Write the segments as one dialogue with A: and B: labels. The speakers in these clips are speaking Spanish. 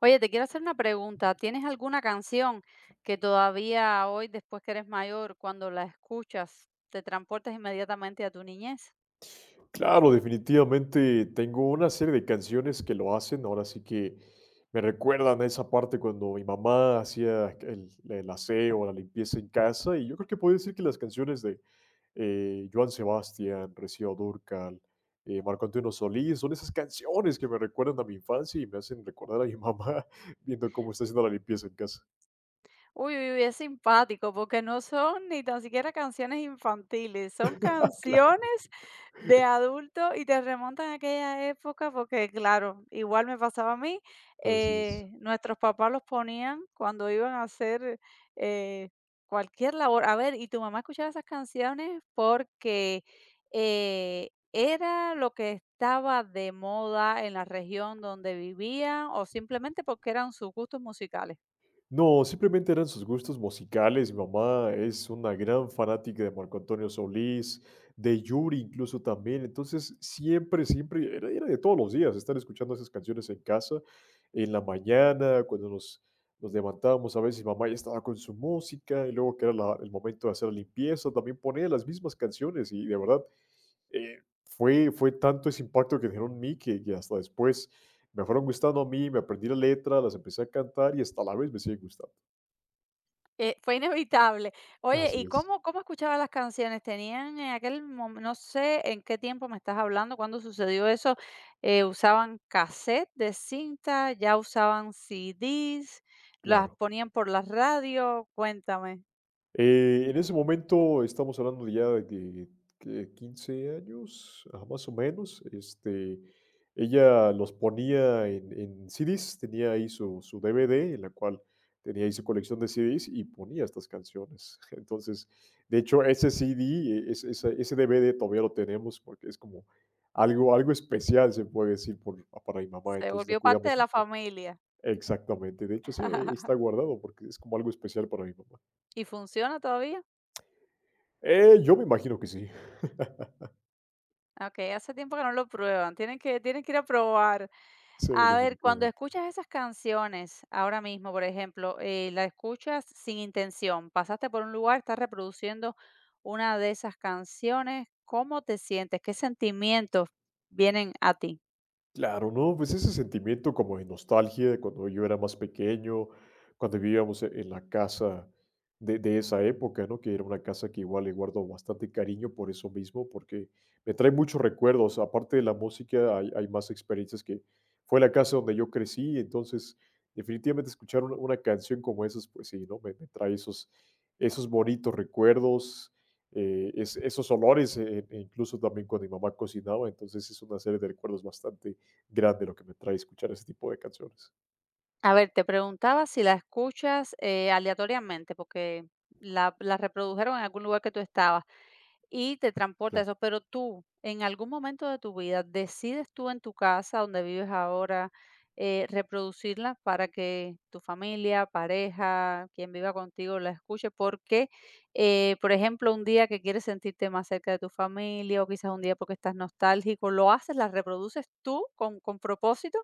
A: Oye, te quiero hacer una pregunta. ¿Tienes alguna canción que todavía hoy, después que eres mayor, cuando la escuchas, te transportas inmediatamente a tu niñez?
B: Claro, definitivamente tengo una serie de canciones que lo hacen, ahora sí que me recuerdan a esa parte cuando mi mamá hacía el aseo, la limpieza en casa, y yo creo que puedo decir que las canciones de Joan Sebastián, Rocío Dúrcal, Marco Antonio Solís, son esas canciones que me recuerdan a mi infancia y me hacen recordar a mi mamá viendo cómo está haciendo la limpieza en casa.
A: Uy, uy, uy, es simpático porque no son ni tan siquiera canciones infantiles, son
B: Claro,
A: canciones de adulto y te remontan a aquella época porque, claro, igual me pasaba a mí,
B: así es.
A: nuestros papás los ponían cuando iban a hacer eh, cualquier labor. A ver, y tu mamá escuchaba esas canciones porque era lo que estaba de moda en la región donde vivía o simplemente porque eran sus gustos musicales.
B: No, simplemente eran sus gustos musicales. Mi mamá es una gran fanática de Marco Antonio Solís, de Yuri incluso también. Entonces, siempre, siempre, era de todos los días estar escuchando esas canciones en casa, en la mañana, cuando nos levantábamos a veces, mi mamá ya estaba con su música, y luego que era el momento de hacer la limpieza, también ponía las mismas canciones y de verdad, eh, fue tanto ese impacto que generó en mí que hasta después me fueron gustando a mí, me aprendí la letra, las empecé a cantar y hasta la vez me sigue gustando.
A: Fue inevitable. Oye, ¿y
B: Así es,
A: cómo escuchabas las canciones? ¿Tenían en aquel momen no sé en qué tiempo me estás hablando, cuándo sucedió eso? ¿Usaban cassette de cinta? ¿Ya usaban CDs? ¿Las
B: claro.
A: ponían por la radio? Cuéntame.
B: En ese momento estamos hablando de ya de que 15 años, más o menos. Este, ella los ponía en CDs, tenía ahí su DVD, en la cual tenía ahí su colección de CDs y ponía estas canciones. Entonces, de hecho, ese CD, DVD todavía lo tenemos porque es como algo especial, se puede decir, para mi mamá,
A: Se
B: entonces lo
A: volvió parte
B: cuidamos
A: de la
B: bastante.
A: familia.
B: Exactamente. De hecho, sí, ahí está guardado porque es como algo especial para mi papá.
A: ¿Y funciona todavía?
B: Yo me imagino que sí.
A: Okey, hace tiempo que no lo prueban. Tienen que ir a probar.
B: Sí,
A: A ver, cuando
B: definitivamente.
A: escuchas esas canciones, ahora mismo, por ejemplo, la escuchas sin intención, pasaste por un lugar, estás reproduciendo una de esas canciones, ¿cómo te sientes? ¿Qué sentimientos vienen a ti?
B: Claro, no, pues ese sentimiento como de nostalgia de cuando yo era más pequeño, cuando vivíamos en la casa de esa época, ¿no? Que era una casa que igual le guardo bastante cariño por eso mismo, porque me trae muchos recuerdos. Aparte de la música, hay más experiencias que fue la casa donde yo crecí, entonces definitivamente escuchar una canción como esas, pues sí, ¿no? Me trae esos bonitos recuerdos. Esos olores, e incluso también cuando mi mamá cocinaba, entonces es una serie de recuerdos bastante grande lo que me trae escuchar ese tipo de canciones.
A: A ver, te preguntaba si la escuchas aleatoriamente, porque la reprodujeron en algún lugar que tú estabas, y te transporta eso,
B: Claro.
A: pero tú, en algún momento de tu vida, decides tú en tu casa donde vives ahora, reproducirla para que tu familia, pareja, quien viva contigo la escuche, porque, por ejemplo, un día que quieres sentirte más cerca de tu familia o quizás un día porque estás nostálgico, lo haces, la reproduces tú con propósito.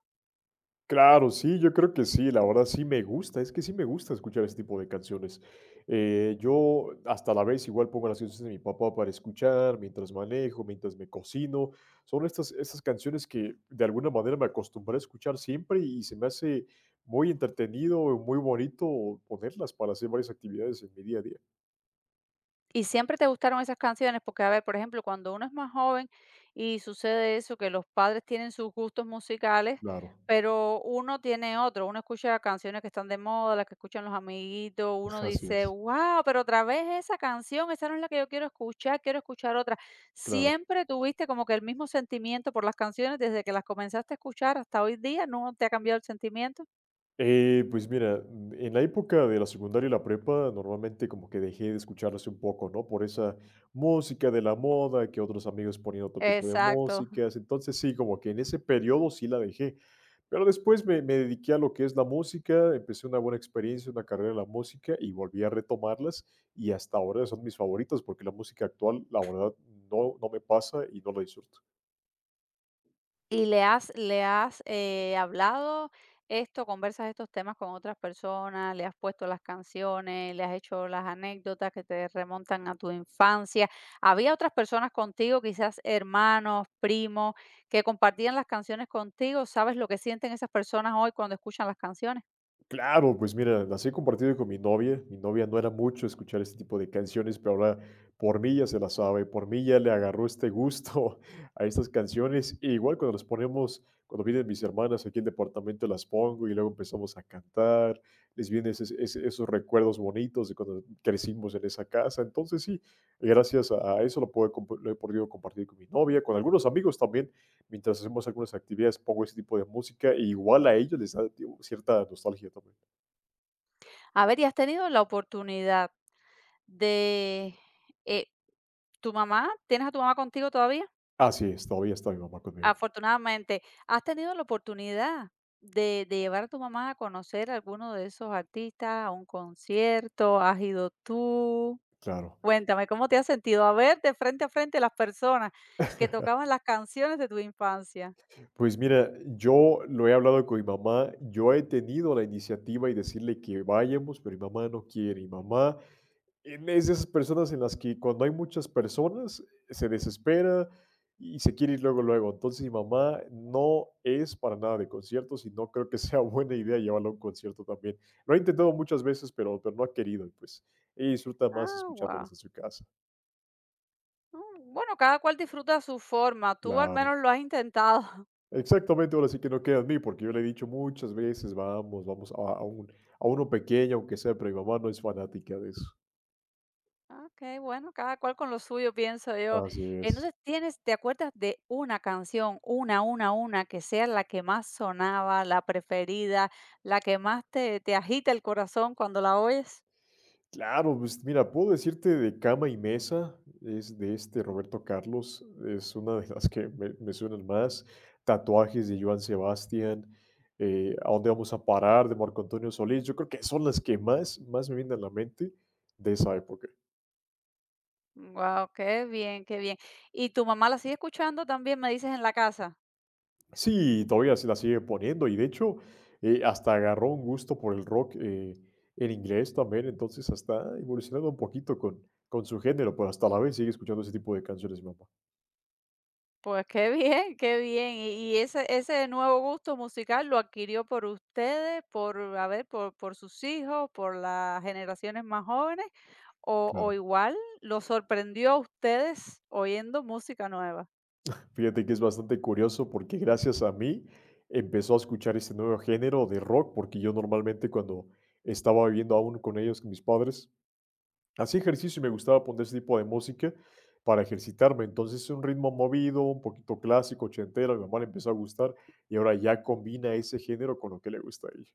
B: Claro, sí, yo creo que sí, la verdad sí me gusta, es que sí me gusta escuchar ese tipo de canciones. Yo hasta la vez igual pongo las canciones de mi papá para escuchar, mientras manejo, mientras me cocino. Son estas canciones que de alguna manera me acostumbré a escuchar siempre y se me hace muy entretenido, y muy bonito ponerlas para hacer varias actividades en mi día a día.
A: ¿Y siempre te gustaron esas canciones? Porque, a ver, por ejemplo, cuando uno es más joven y sucede eso, que los padres tienen sus gustos musicales,
B: Claro,
A: pero uno tiene otro. Uno escucha canciones que están de moda, las que escuchan los amiguitos. Uno
B: así
A: dice,
B: es,
A: wow, pero otra vez esa canción, esa no es la que yo quiero escuchar otra.
B: claro.
A: ¿Siempre tuviste como que el mismo sentimiento por las canciones desde que las comenzaste a escuchar hasta hoy día? ¿No te ha cambiado el sentimiento?
B: Pues mira, en la época de la secundaria y la prepa, normalmente como que dejé de escucharlas un poco, ¿no? Por esa música de la moda, que otros amigos ponían otro tipo de
A: Exacto.
B: músicas. Entonces sí, como que en ese periodo sí la dejé. Pero después me dediqué a lo que es la música, empecé una buena experiencia, una carrera en la música y volví a retomarlas y hasta ahora son mis favoritas porque la música actual, la verdad, no, no me pasa y no la disfruto.
A: ¿Y le has hablado esto, conversas estos temas con otras personas, le has puesto las canciones, le has hecho las anécdotas que te remontan a tu infancia? ¿Había otras personas contigo, quizás hermanos, primos, que compartían las canciones contigo? ¿Sabes lo que sienten esas personas hoy cuando escuchan las canciones?
B: Claro, pues mira, las he compartido con mi novia. Mi novia no era mucho escuchar este tipo de canciones, pero ahora por mí ya se las sabe, por mí ya le agarró este gusto a estas canciones. E igual cuando las ponemos, cuando vienen mis hermanas aquí al departamento, las pongo y luego empezamos a cantar. Les vienen esos recuerdos bonitos de cuando crecimos en esa casa. Entonces sí, gracias a eso lo he podido compartir con mi novia, con algunos amigos también mientras hacemos algunas actividades, pongo ese tipo de música y igual a ellos les da tío, cierta nostalgia también.
A: A ver, ¿y has tenido la oportunidad de, eh, tu mamá? ¿Tienes a tu mamá contigo todavía?
B: Así es, todavía está mi mamá conmigo,
A: Afortunadamente, ¿has tenido la oportunidad de llevar a tu mamá a conocer a alguno de esos artistas, a un concierto? ¿Has ido tú?
B: claro.
A: Cuéntame, ¿cómo te has sentido? A ver, de frente a frente las personas que tocaban las canciones de tu infancia.
B: Pues mira, yo lo he hablado con mi mamá, yo he tenido la iniciativa y decirle que vayamos, pero mi mamá no quiere. Mi mamá es de esas personas en las que cuando hay muchas personas se desespera y se quiere ir luego, luego. Entonces mi mamá no es para nada de conciertos y no creo que sea buena idea llevarla a un concierto también. Lo ha intentado muchas veces, pero no ha querido y pues ella disfruta más
A: Ah,
B: escuchándolos
A: guau.
B: en su casa.
A: Bueno, cada cual disfruta a su forma. Tú al
B: Claro,
A: menos lo has intentado.
B: exactamente, ahora sí que no queda en mí, porque yo le he dicho muchas veces, vamos, vamos a uno pequeño, aunque sea, pero mi mamá no es fanática de eso.
A: Ah, ok, bueno, cada cual con lo suyo, pienso yo.
B: Así es.
A: Entonces, ¿tienes te acuerdas de una canción, una, que sea la que más sonaba, la preferida, la que más te te agita el corazón cuando la oyes?
B: Claro, pues mira, puedo decirte de Cama y Mesa, es de este Roberto Carlos, es una de las que me suenan más. Tatuajes de Joan Sebastián, ¿A dónde vamos a parar? De Marco Antonio Solís. Yo creo que son las que más me vienen a la mente de esa época.
A: Wow, qué bien, qué bien. ¿Y tu mamá la sigue escuchando también, me dices, en la casa?
B: Sí, todavía se la sigue poniendo y de hecho hasta agarró un gusto por el rock en inglés también, entonces hasta evolucionando un poquito con su género, pero hasta la vez sigue escuchando ese tipo de canciones mi mamá.
A: Pues qué bien, qué bien. Y ese, ese nuevo gusto musical lo adquirió por ustedes, por, a ver, por sus hijos, por las generaciones más jóvenes, o
B: Claro.
A: igual lo sorprendió a ustedes oyendo música nueva.
B: Fíjate que es bastante curioso porque gracias a mí empezó a escuchar este nuevo género de rock, porque yo normalmente cuando estaba viviendo aún con ellos, con mis padres, hacía ejercicio y me gustaba poner ese tipo de música para ejercitarme. Entonces un ritmo movido, un poquito clásico, ochentero, a mi mamá le empezó a gustar y ahora ya combina ese género con lo que le gusta a ella.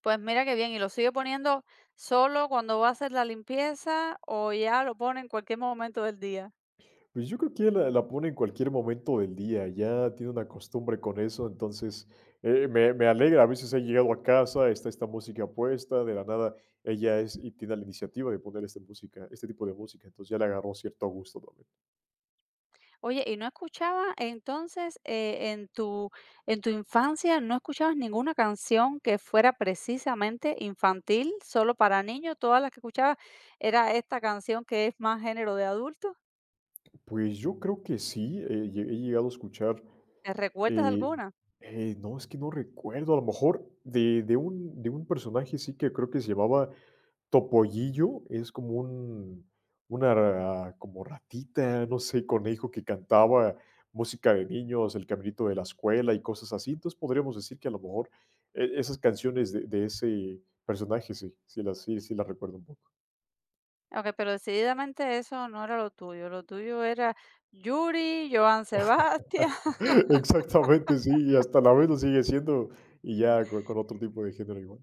A: Pues mira qué bien, y lo sigue poniendo solo cuando va a hacer la limpieza o ya lo pone en cualquier momento del día.
B: Pues yo creo que ella la pone en cualquier momento del día, ya tiene una costumbre con eso, entonces, me alegra, a veces he llegado a casa, está esta música puesta, de la nada ella es y tiene la iniciativa de poner esta música, este tipo de música, entonces ya le agarró cierto gusto también.
A: Oye, ¿y no escuchaba entonces, en tu infancia, no escuchabas ninguna canción que fuera precisamente infantil, solo para niños? ¿Todas las que escuchabas era esta canción que es más género de adulto?
B: Pues yo creo que sí, lle he llegado a escuchar,
A: ¿Te recuerdas de
B: eh,
A: alguna?
B: no, es que no recuerdo, a lo mejor de un personaje sí que creo que se llamaba topollillo, es como un, como ratita, no sé, conejo que cantaba música de niños, El caminito de la escuela y cosas así. Entonces, podríamos decir que a lo mejor esas canciones de ese personaje sí, las recuerdo un poco.
A: Okey, pero decididamente eso no era lo tuyo era Yuri, Joan Sebastián.
B: Exactamente, sí, y hasta la vez lo sigue siendo, y ya con otro tipo de género igual.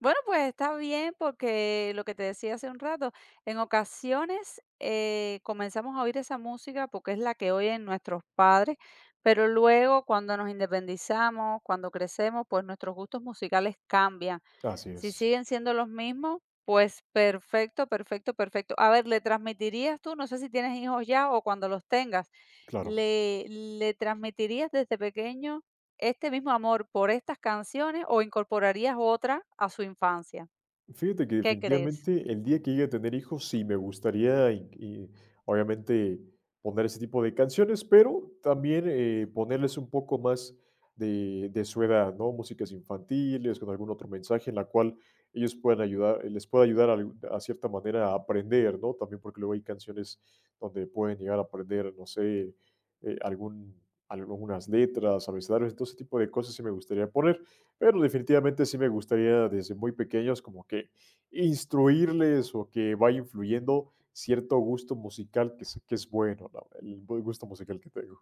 A: Bueno, pues está bien porque lo que te decía hace un rato, en ocasiones comenzamos a oír esa música porque es la que oyen nuestros padres, pero luego cuando nos independizamos, cuando crecemos, pues nuestros gustos musicales cambian.
B: Así
A: Si
B: es,
A: siguen siendo los mismos, pues perfecto, perfecto, perfecto. A ver, ¿le transmitirías tú, no sé si tienes hijos ya o cuando los tengas,
B: claro.
A: le transmitirías desde pequeño este mismo amor por estas canciones o incorporarías otra a su infancia?
B: Fíjate que
A: ¿Qué crees?
B: definitivamente el día que llegue a tener hijos, sí me gustaría, y obviamente, poner ese tipo de canciones, pero también ponerles un poco más de su edad, ¿no? Músicas infantiles, con algún otro mensaje en la cual ellos puedan ayudar, les pueda ayudar cierta manera a aprender, ¿no? También porque luego hay canciones donde pueden llegar a aprender, no sé, eh, algún, algunas letras, abecedarios, todo ese tipo de cosas sí me gustaría poner. Pero definitivamente sí me gustaría desde muy pequeños como que instruirles o que vaya influyendo cierto gusto musical que es bueno, ¿no? El buen gusto musical que tengo.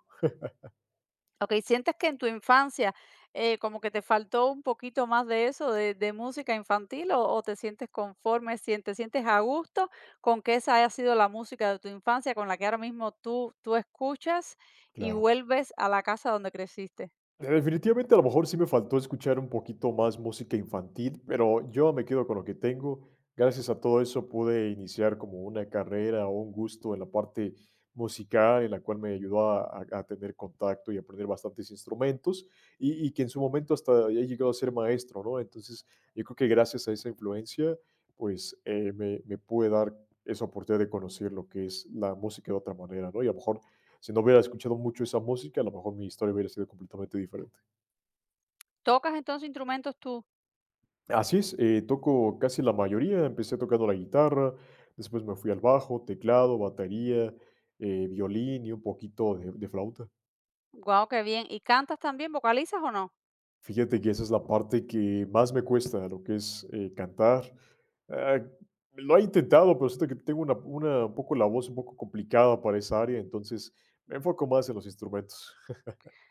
A: Okey, ¿sientes que en tu infancia, como que te faltó un poquito más de eso, de música infantil, o te sientes conforme, sien te sientes a gusto con que esa haya sido la música de tu infancia con la que ahora mismo tú escuchas y
B: Claro.
A: vuelves a la casa donde creciste?
B: Definitivamente, a lo mejor sí me faltó escuchar un poquito más música infantil, pero yo me quedo con lo que tengo. Gracias a todo eso pude iniciar como una carrera o un gusto en la parte musical, en la cual me ayudó a tener contacto y aprender bastantes instrumentos, y que en su momento hasta he llegado a ser maestro, ¿no? Entonces, yo creo que gracias a esa influencia, pues me pude dar esa oportunidad de conocer lo que es la música de otra manera, ¿no? Y a lo mejor si no hubiera escuchado mucho esa música, a lo mejor mi historia hubiera sido completamente diferente.
A: ¿Tocas entonces instrumentos tú?
B: Así es, toco casi la mayoría. Empecé tocando la guitarra, después me fui al bajo, teclado, batería, violín y un poquito de flauta.
A: Guau, qué bien. ¿Y cantas también, vocalizas o no?
B: Fíjate que esa es la parte que más me cuesta, lo que es cantar. Ah, lo he intentado, pero siento que tengo un poco la voz un poco complicada para esa área, entonces me enfoco más en los instrumentos.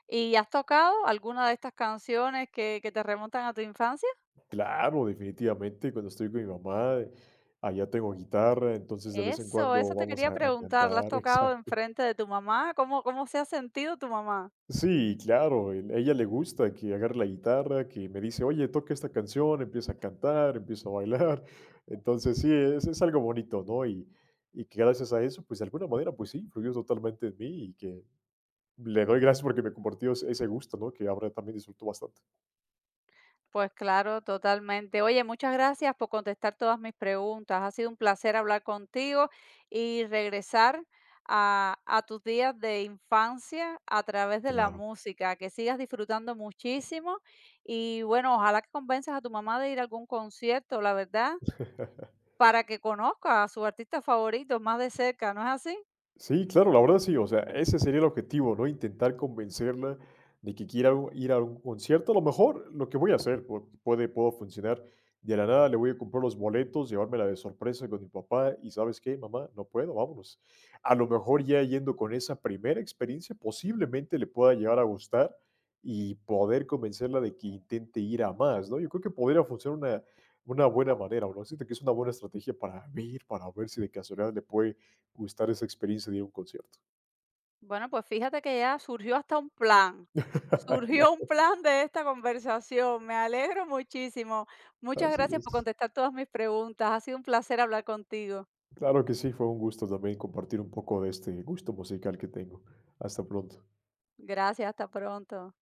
A: ¿Y has tocado alguna de estas canciones que te remontan a tu infancia?
B: Claro, definitivamente, cuando estoy con mi mamá, allá tengo guitarra, entonces de vez en
A: Eso,
B: cuando
A: eso te
B: vamos
A: quería
B: a
A: preguntar,
B: cantar,
A: ¿la has tocado
B: exacto.
A: enfrente de tu mamá? ¿Cómo, cómo se ha sentido tu mamá?
B: Sí, claro, a ella le gusta que agarre la guitarra, que me dice, oye, toca esta canción, empieza a cantar, empieza a bailar. Entonces sí, es algo bonito, ¿no? Y que gracias a eso, pues de alguna manera, pues sí, influyó totalmente en mí y que le doy gracias porque me compartió ese gusto, ¿no? Que ahora también disfruto bastante.
A: Pues claro, totalmente. Oye, muchas gracias por contestar todas mis preguntas. Ha sido un placer hablar contigo y regresar a tus días de infancia a través de la
B: Claro.
A: música, que sigas disfrutando muchísimo y bueno, ojalá que convenzas a tu mamá de ir a algún concierto, la verdad, para que conozca a su artista favorito más de cerca, ¿no es así?
B: Sí, claro, la verdad sí, o sea, ese sería el objetivo, ¿no? Intentar convencerla de que quiera ir a un concierto. A lo mejor lo que voy a hacer puedo funcionar. De la nada le voy a comprar los boletos, llevármela de sorpresa con mi papá y ¿sabes qué, mamá? No puedo, vámonos. A lo mejor ya yendo con esa primera experiencia, posiblemente le pueda llegar a gustar y poder convencerla de que intente ir a más, ¿no? Yo creo que podría funcionar una buena manera, ¿no? Siento que es una buena estrategia para ver si de casualidad le puede gustar esa experiencia de ir a un concierto.
A: Bueno, pues fíjate que ya surgió hasta un plan.
B: Claro,
A: Surgió un plan de esta conversación. Me alegro muchísimo. Muchas
B: así
A: gracias por
B: es.
A: contestar todas mis preguntas. Ha sido un placer hablar contigo.
B: Claro que sí, fue un gusto también compartir un poco de este gusto musical que tengo. Hasta pronto.
A: Gracias, hasta pronto.